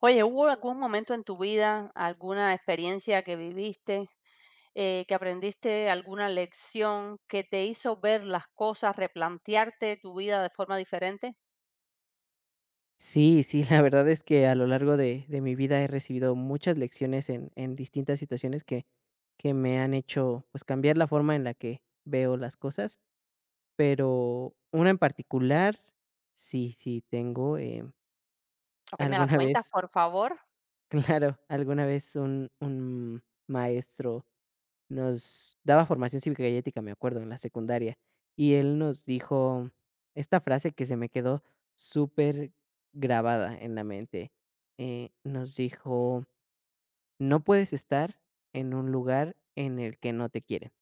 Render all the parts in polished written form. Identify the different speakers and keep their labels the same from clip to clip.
Speaker 1: Oye, ¿hubo algún momento en tu vida, alguna experiencia que viviste, que aprendiste alguna lección que te hizo ver las cosas, replantearte tu vida de forma diferente?
Speaker 2: Sí, sí, la verdad es que a lo largo de mi vida he recibido muchas lecciones en distintas situaciones que me han hecho, pues, cambiar la forma en la que veo las cosas, pero una en particular, sí, sí tengo,
Speaker 1: Ok, ¿me la
Speaker 2: alguna
Speaker 1: cuentas,
Speaker 2: vez
Speaker 1: por favor?
Speaker 2: claro, alguna vez un maestro nos daba formación cívica y ética, me acuerdo, en la secundaria, y él nos dijo esta frase que se me quedó súper grabada en la mente. Nos dijo: "No puedes estar en un lugar en el que no te quieren".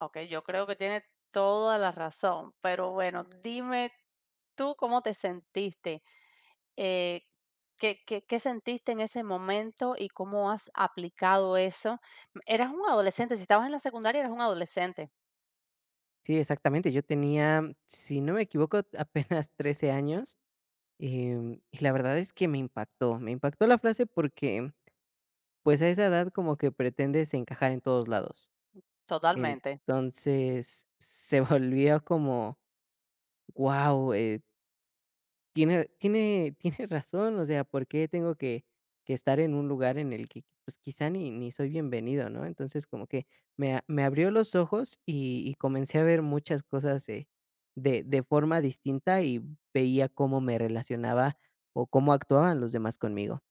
Speaker 1: Ok, yo creo que tiene toda la razón, pero bueno, dime tú cómo te sentiste, eh, qué sentiste en ese momento y cómo has aplicado eso. Eras un adolescente, si estabas en la secundaria eras un adolescente,
Speaker 2: Sí, exactamente, yo tenía, si no me equivoco, apenas 13 años, y la verdad es que me impactó la frase porque, pues, a esa edad como que pretendes encajar en todos lados.
Speaker 1: totalmente.
Speaker 2: Entonces, se volvió como, wow, tiene tiene razón, o sea, ¿por qué tengo que estar en un lugar en el que, pues, quizá ni soy bienvenido, ¿no? Entonces, como que me abrió los ojos y comencé a ver muchas cosas, de forma distinta y veía cómo me relacionaba o cómo actuaban los demás conmigo.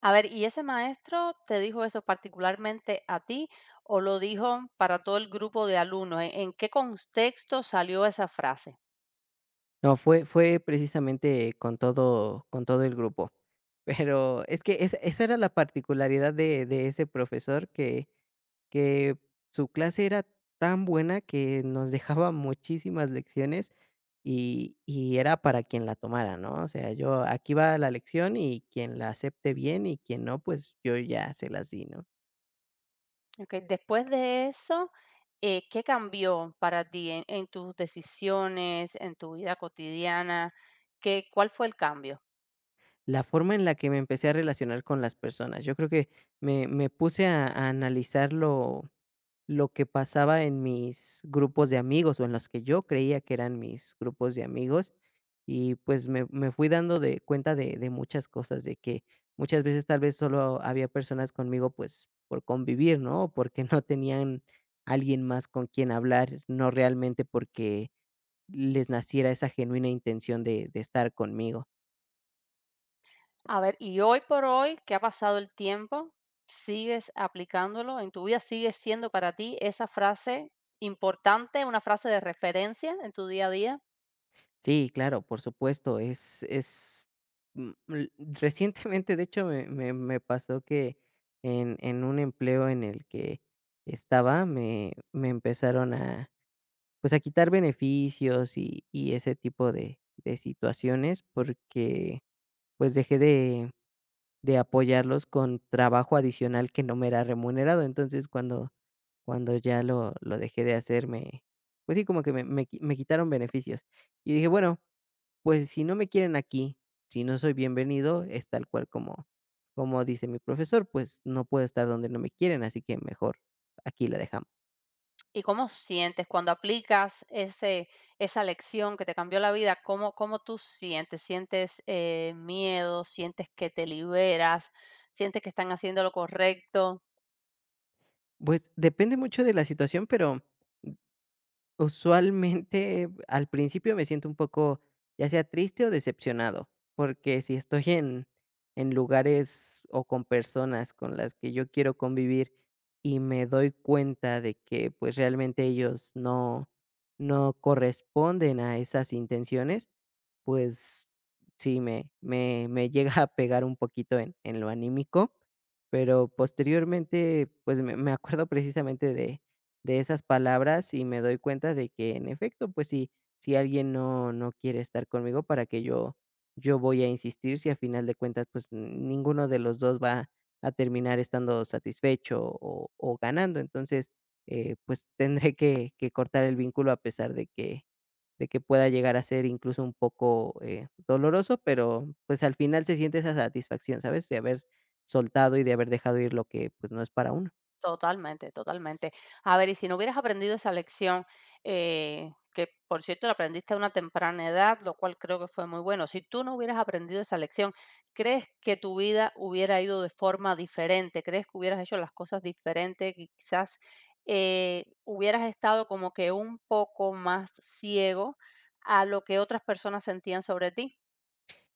Speaker 1: A ver, ¿y ese maestro te dijo eso particularmente a ti o lo dijo para todo el grupo de alumnos? En qué contexto salió esa frase?
Speaker 2: No, fue precisamente con todo el grupo. Pero es que esa era la particularidad de ese profesor que que su clase era tan buena que nos dejaba muchísimas lecciones y era para quien la tomara, ¿no? O sea, yo aquí va la lección y quien la acepte bien y quien no, pues yo ya se las di, ¿no?
Speaker 1: Ok, después de eso, ¿qué cambió para ti en tus decisiones, en tu vida cotidiana? ¿Qué, cuál fue el cambio?
Speaker 2: La forma en la que me empecé a relacionar con las personas, yo creo que me puse a analizarlo, lo que pasaba en mis grupos de amigos, o en los que yo creía que eran mis grupos de amigos, y pues me fui dando de cuenta de muchas cosas, de que muchas veces tal vez solo había personas conmigo, pues, por convivir, ¿no? O porque no tenían alguien más con quien hablar, no realmente porque les naciera esa genuina intención de estar conmigo.
Speaker 1: A ver, y hoy por hoy, ¿qué ha pasado el tiempo? ¿Sigues aplicándolo? ¿En tu vida sigue siendo para ti esa frase importante, una frase de referencia en tu día a día?
Speaker 2: Sí, claro, por supuesto, es, mm, l recientemente, de hecho, me pasó que en un empleo en el que estaba, me empezaron a, pues, a quitar beneficios y ese tipo de situaciones, porque, pues, dejé de apoyarlos con trabajo adicional que no me era remunerado. Entonces, cuando ya lo dejé de hacer, me pues sí, como que me quitaron beneficios. Y dije: "Bueno, pues, si no me quieren aquí, si no soy bienvenido, es tal cual como dice mi profesor, pues, no puedo estar donde no me quieren, así que mejor aquí la dejamos".
Speaker 1: ¿Y cómo sientes cuando aplicas ese, esa lección que te cambió la vida? ¿Cómo, cómo tú sientes? ¿Sientes miedo? ¿Sientes que te liberas? ¿Sientes que están haciendo lo correcto?
Speaker 2: Pues, depende mucho de la situación, pero usualmente al principio me siento un poco, ya sea triste o decepcionado, porque si estoy en lugares o con personas con las que yo quiero convivir y me doy cuenta de que, pues, realmente ellos no no corresponden a esas intenciones. Pues sí, me llega a pegar un poquito en lo anímico, pero posteriormente, pues, me acuerdo precisamente de esas palabras y me doy cuenta de que, en efecto, pues, si si alguien no quiere estar conmigo, ¿para que yo voy a insistir si a final de cuentas, pues, ninguno de los 2 va a terminar estando satisfecho o ganando? Entonces, pues, tendré que cortar el vínculo a pesar de que pueda llegar a ser incluso un poco, doloroso, pero, pues, al final se siente esa satisfacción, ¿sabes? De haber soltado y de haber dejado ir lo que, pues, no es para uno.
Speaker 1: Totalmente, totalmente. A ver, y si no hubieras aprendido esa lección, que por cierto la aprendiste a una temprana edad, lo cual creo que fue muy bueno, si tú no hubieras aprendido esa lección, ¿crees que tu vida hubiera ido de forma diferente? ¿Crees que hubieras hecho las cosas diferente? Que quizás hubieras estado como que un poco más ciego a lo que otras personas sentían sobre ti.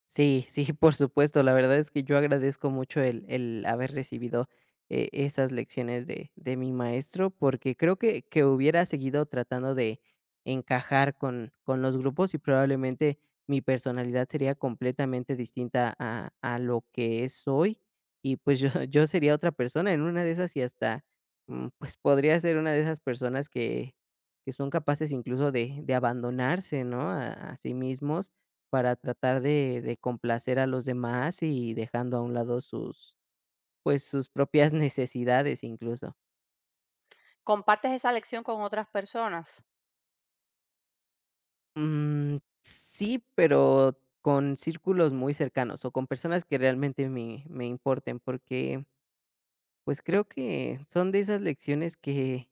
Speaker 2: Sí, sí, por supuesto. La verdad es que yo agradezco mucho el haber recibido, esas lecciones de mi maestro, porque creo que hubiera seguido tratando de encajar con los grupos y probablemente mi personalidad sería completamente distinta a lo que es hoy. Y, pues, yo yo sería otra persona en una de esas y hasta, pues, podría ser una de esas personas que son capaces incluso de abandonarse, ¿no?, a sí mismos. Para tratar de complacer a los demás y dejando a un lado sus, pues, sus propias necesidades incluso.
Speaker 1: ¿Compartes esa lección con otras personas?
Speaker 2: Mm, sí, pero con círculos muy cercanos o con personas que realmente me importen, porque, pues, creo que son de esas lecciones que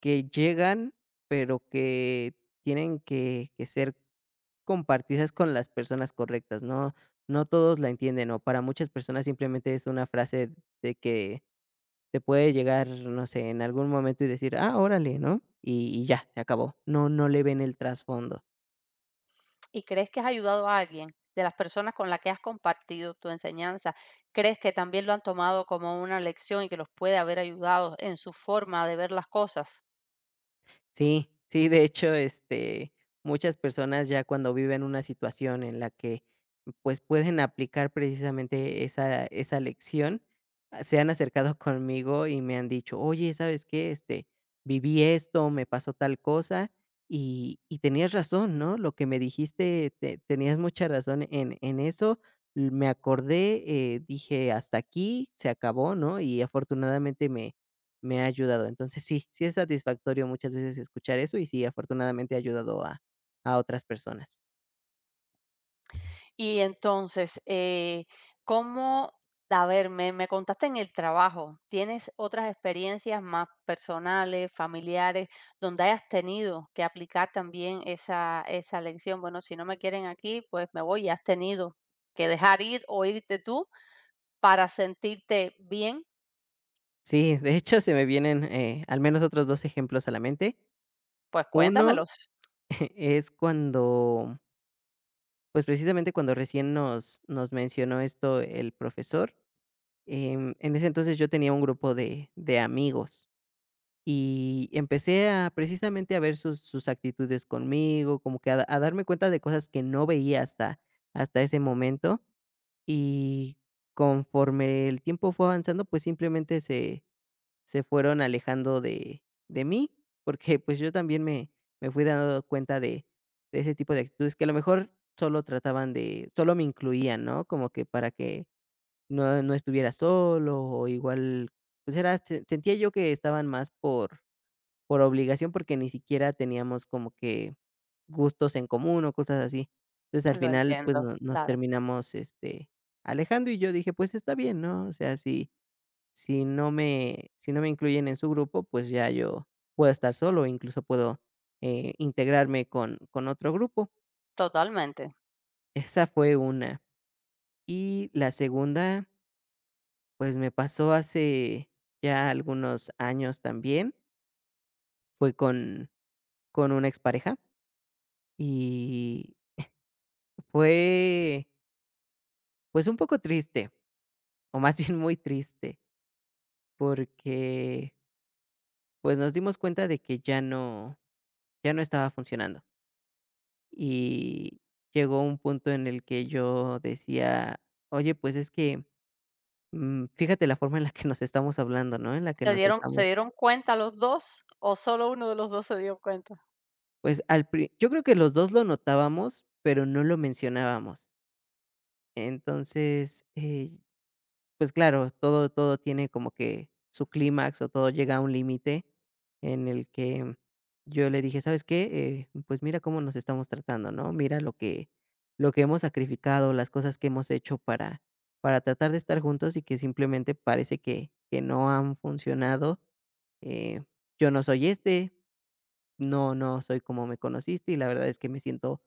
Speaker 2: llegan, pero que tienen que ser compartidas con las personas correctas, no no todos la entienden, o para muchas personas simplemente es una frase de que te puede llegar, no sé, en algún momento y decir: "Ah, órale", ¿no? Y ya, se acabó. No le ven el trasfondo.
Speaker 1: ¿Y crees que has ayudado a alguien de las personas con las que has compartido tu enseñanza? ¿Crees que también lo han tomado como una lección y que los puede haber ayudado en su forma de ver las cosas?
Speaker 2: Sí, sí, de hecho, este, muchas personas ya cuando viven una situación en la que, pues, pueden aplicar precisamente esa lección, ah, se han acercado conmigo y me han dicho: "Oye, ¿sabes qué? Este, viví esto, me pasó tal cosa, y tenías razón, ¿no? Lo que me dijiste, te tenías mucha razón en eso, me acordé, dije: 'Hasta aquí, se acabó', ¿no?". Y afortunadamente me ha ayudado. Entonces sí, sí es satisfactorio muchas veces escuchar eso y sí, afortunadamente ha ayudado a otras personas.
Speaker 1: Y entonces, ¿cómo, a ver, me contaste en el trabajo, ¿tienes otras experiencias más personales, familiares, donde hayas tenido que aplicar también esa lección? Bueno, si no me quieren aquí, pues me voy y has tenido que dejar ir o irte tú para sentirte bien.
Speaker 2: Sí, de hecho, se me vienen, al menos otros 2 ejemplos a la mente.
Speaker 1: Pues
Speaker 2: Uno
Speaker 1: cuéntamelos,
Speaker 2: es cuando, pues, precisamente cuando recién nos mencionó esto el profesor, en ese entonces yo tenía un grupo de amigos y empecé a, precisamente, a ver sus actitudes conmigo, como que a darme cuenta de cosas que no veía hasta ese momento. Y conforme el tiempo fue avanzando, pues, simplemente se fueron alejando de mí, porque, pues, yo también me fui dando cuenta de ese tipo de actitudes que a lo mejor solo trataban de solo me incluían, ¿no? Como que para que no estuviera solo o igual, pues, era se sentía yo que estaban más por obligación, porque ni siquiera teníamos como que gustos en común o cosas así. Entonces, al
Speaker 1: lo
Speaker 2: final, pues,
Speaker 1: entiendo,
Speaker 2: no nos
Speaker 1: claro,
Speaker 2: terminamos, este, alejando, y yo dije: "Pues está bien", ¿no? O sea, si si no me incluyen en su grupo, pues ya yo puedo estar solo, incluso puedo, integrarme con otro grupo.
Speaker 1: totalmente.
Speaker 2: Esa fue una. Y la segunda, pues, me pasó hace ya algunos años también, fue con una expareja, y fue, pues, un poco triste, o más bien muy triste, porque, pues, nos dimos cuenta de que ya no estaba funcionando. Y llegó un punto en el que yo decía: "Oye, pues, es que, fíjate la forma en la que nos estamos hablando, ¿no?, en la que
Speaker 1: ¿Se
Speaker 2: nos
Speaker 1: dieron se
Speaker 2: estamos".
Speaker 1: dieron cuenta los 2 o solo uno de los 2 se dio cuenta?
Speaker 2: Pues, al pri yo creo que los 2 lo notábamos, pero no lo mencionábamos. Entonces, pues claro, todo tiene como que su clímax, o todo llega a un límite en el que yo le dije: "¿Sabes qué? Pues mira cómo nos estamos tratando, ¿no? Mira lo que hemos sacrificado, las cosas que hemos hecho para tratar de estar juntos y que simplemente parece que no han funcionado. Eh, yo no soy este, no soy como me conociste, y la verdad es que me siento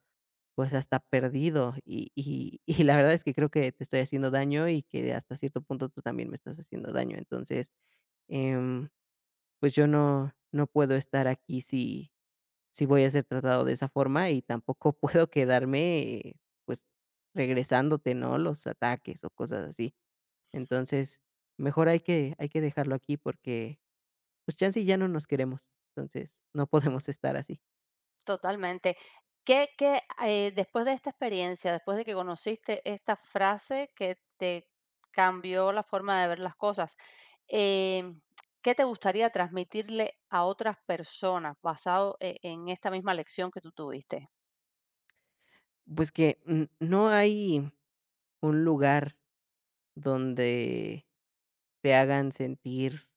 Speaker 2: pues, hasta perdido. Y y la verdad es que creo que te estoy haciendo daño y que hasta cierto punto tú también me estás haciendo daño. Entonces, em, pues, yo no puedo estar aquí si si voy a ser tratado de esa forma y tampoco puedo quedarme, pues, regresándote, ¿no?, los ataques o cosas así. Entonces, mejor hay que dejarlo aquí porque, pues, chance y ya no nos queremos. Entonces, no podemos estar así".
Speaker 1: Totalmente. ¿Qué qué, después de esta experiencia, después de que conociste esta frase que te cambió la forma de ver las cosas, em, ¿qué te gustaría transmitirle a otras personas basado en esta misma lección que tú tuviste?
Speaker 2: Pues, que, no hay un lugar donde te hagan sentir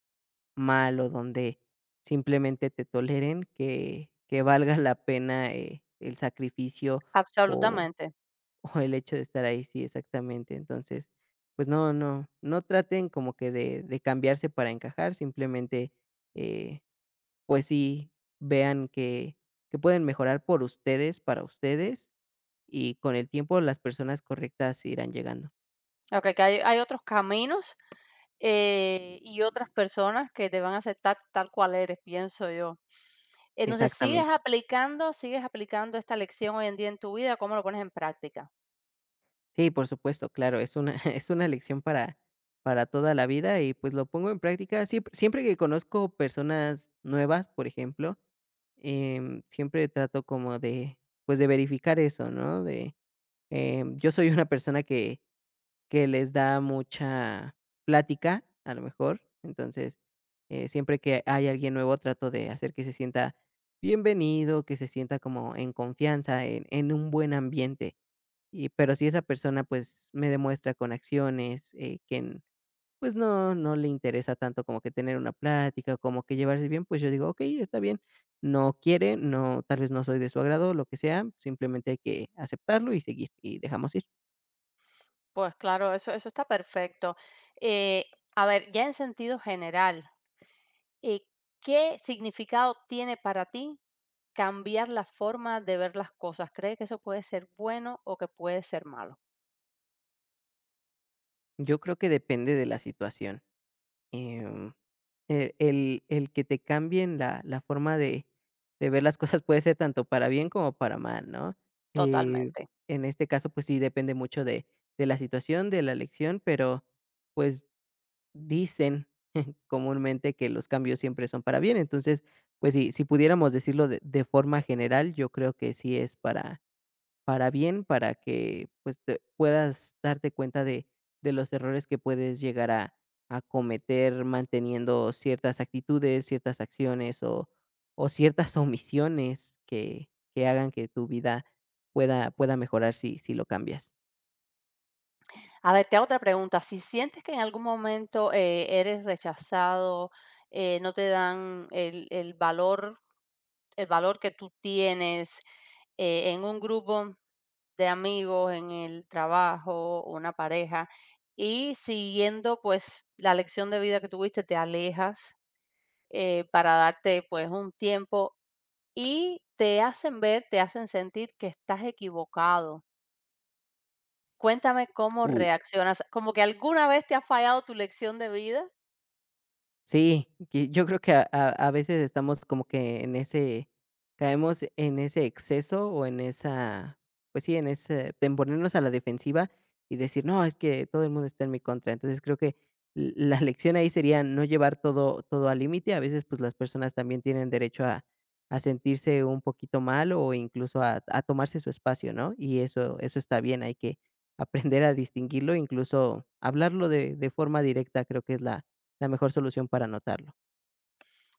Speaker 2: mal o donde simplemente te toleren, que valga la pena, el sacrificio o
Speaker 1: Absolutamente.
Speaker 2: o el hecho de estar ahí. Sí, exactamente. Entonces, pues no traten como que de cambiarse para encajar, simplemente, eh, pues sí, vean que pueden mejorar por ustedes, para ustedes, y con el tiempo las personas correctas irán llegando.
Speaker 1: Okey, que hay otros caminos, y otras personas que te van a aceptar tal cual eres, pienso yo. Entonces,
Speaker 2: Exactamente.
Speaker 1: sigues aplicando esta lección hoy en día en tu vida? ¿Cómo lo pones en práctica?
Speaker 2: Sí, por supuesto, claro, es una es una lección para toda la vida y, pues, lo pongo en práctica. Siempre que conozco personas nuevas, por ejemplo, siempre trato como de, pues, de verificar eso, ¿no? De, yo soy una persona que les da mucha plática, a lo mejor. Entonces, siempre que hay alguien nuevo, trato de hacer que se sienta bienvenido, que se sienta como en confianza, en un buen ambiente. Y, pero si esa persona, pues, me demuestra con acciones, que n pues no le interesa tanto como que tener una plática, como que llevarse bien, pues yo digo: "Okey, está bien. No quiere, no, tal vez no soy de su agrado, lo que sea, simplemente hay que aceptarlo y seguir, y dejamos ir".
Speaker 1: Pues claro, eso está perfecto. Eh, a ver, ya en sentido general, eh, ¿qué significado tiene para ti cambiar la forma de ver las cosas? ¿Crees que eso puede ser bueno o que puede ser malo?
Speaker 2: Yo creo que depende de la situación. Em, el que te cambien la forma de ver las cosas puede ser tanto para bien como para mal, ¿no? Eh,
Speaker 1: Totalmente.
Speaker 2: en este caso, pues sí, depende mucho de la situación, de la lección, pero, pues, dicen comúnmente que los cambios siempre son para bien. Entonces, pues sí, si pudiéramos decirlo de forma general, yo creo que sí es para bien, para que, pues, te puedas darte cuenta de los errores que puedes llegar a cometer manteniendo ciertas actitudes, ciertas acciones o ciertas omisiones que hagan que tu vida pueda mejorar si lo cambias.
Speaker 1: A ver, te hago otra pregunta. Si sientes que en algún momento eres rechazado, no te dan el valor que tú tienes, en un grupo de amigos, en el trabajo, una pareja, y siguiendo pues la lección de vida que tuviste, te alejas, para darte pues un tiempo, y te hacen ver, te hacen sentir que estás equivocado. Cuéntame cómo
Speaker 2: Uy.
Speaker 1: reaccionas, como que alguna vez te ha fallado tu lección de vida.
Speaker 2: Sí, que yo creo que a veces estamos como que en ese caemos en ese exceso o en esa, pues sí, en ese en ponernos a la defensiva y decir: "No, es que todo el mundo está en mi contra". Entonces, creo que l la lección ahí sería no llevar todo al límite. A veces, pues, las personas también tienen derecho a sentirse un poquito mal o incluso a tomarse su espacio, ¿no? Y eso está bien, hay que aprender a distinguirlo, incluso hablarlo de forma directa, creo que es la mejor solución para anotarlo.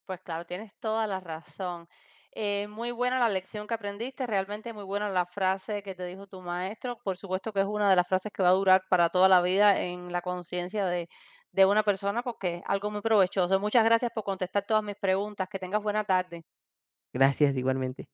Speaker 1: Pues claro, tienes toda la razón. Muy buena la lección que aprendiste, realmente muy buena la frase que te dijo tu maestro. Por supuesto que es una de las frases que va a durar para toda la vida en la conciencia de una persona porque es algo muy provechoso. Muchas gracias por contestar todas mis preguntas. Que tengas buena tarde.
Speaker 2: Gracias, igualmente.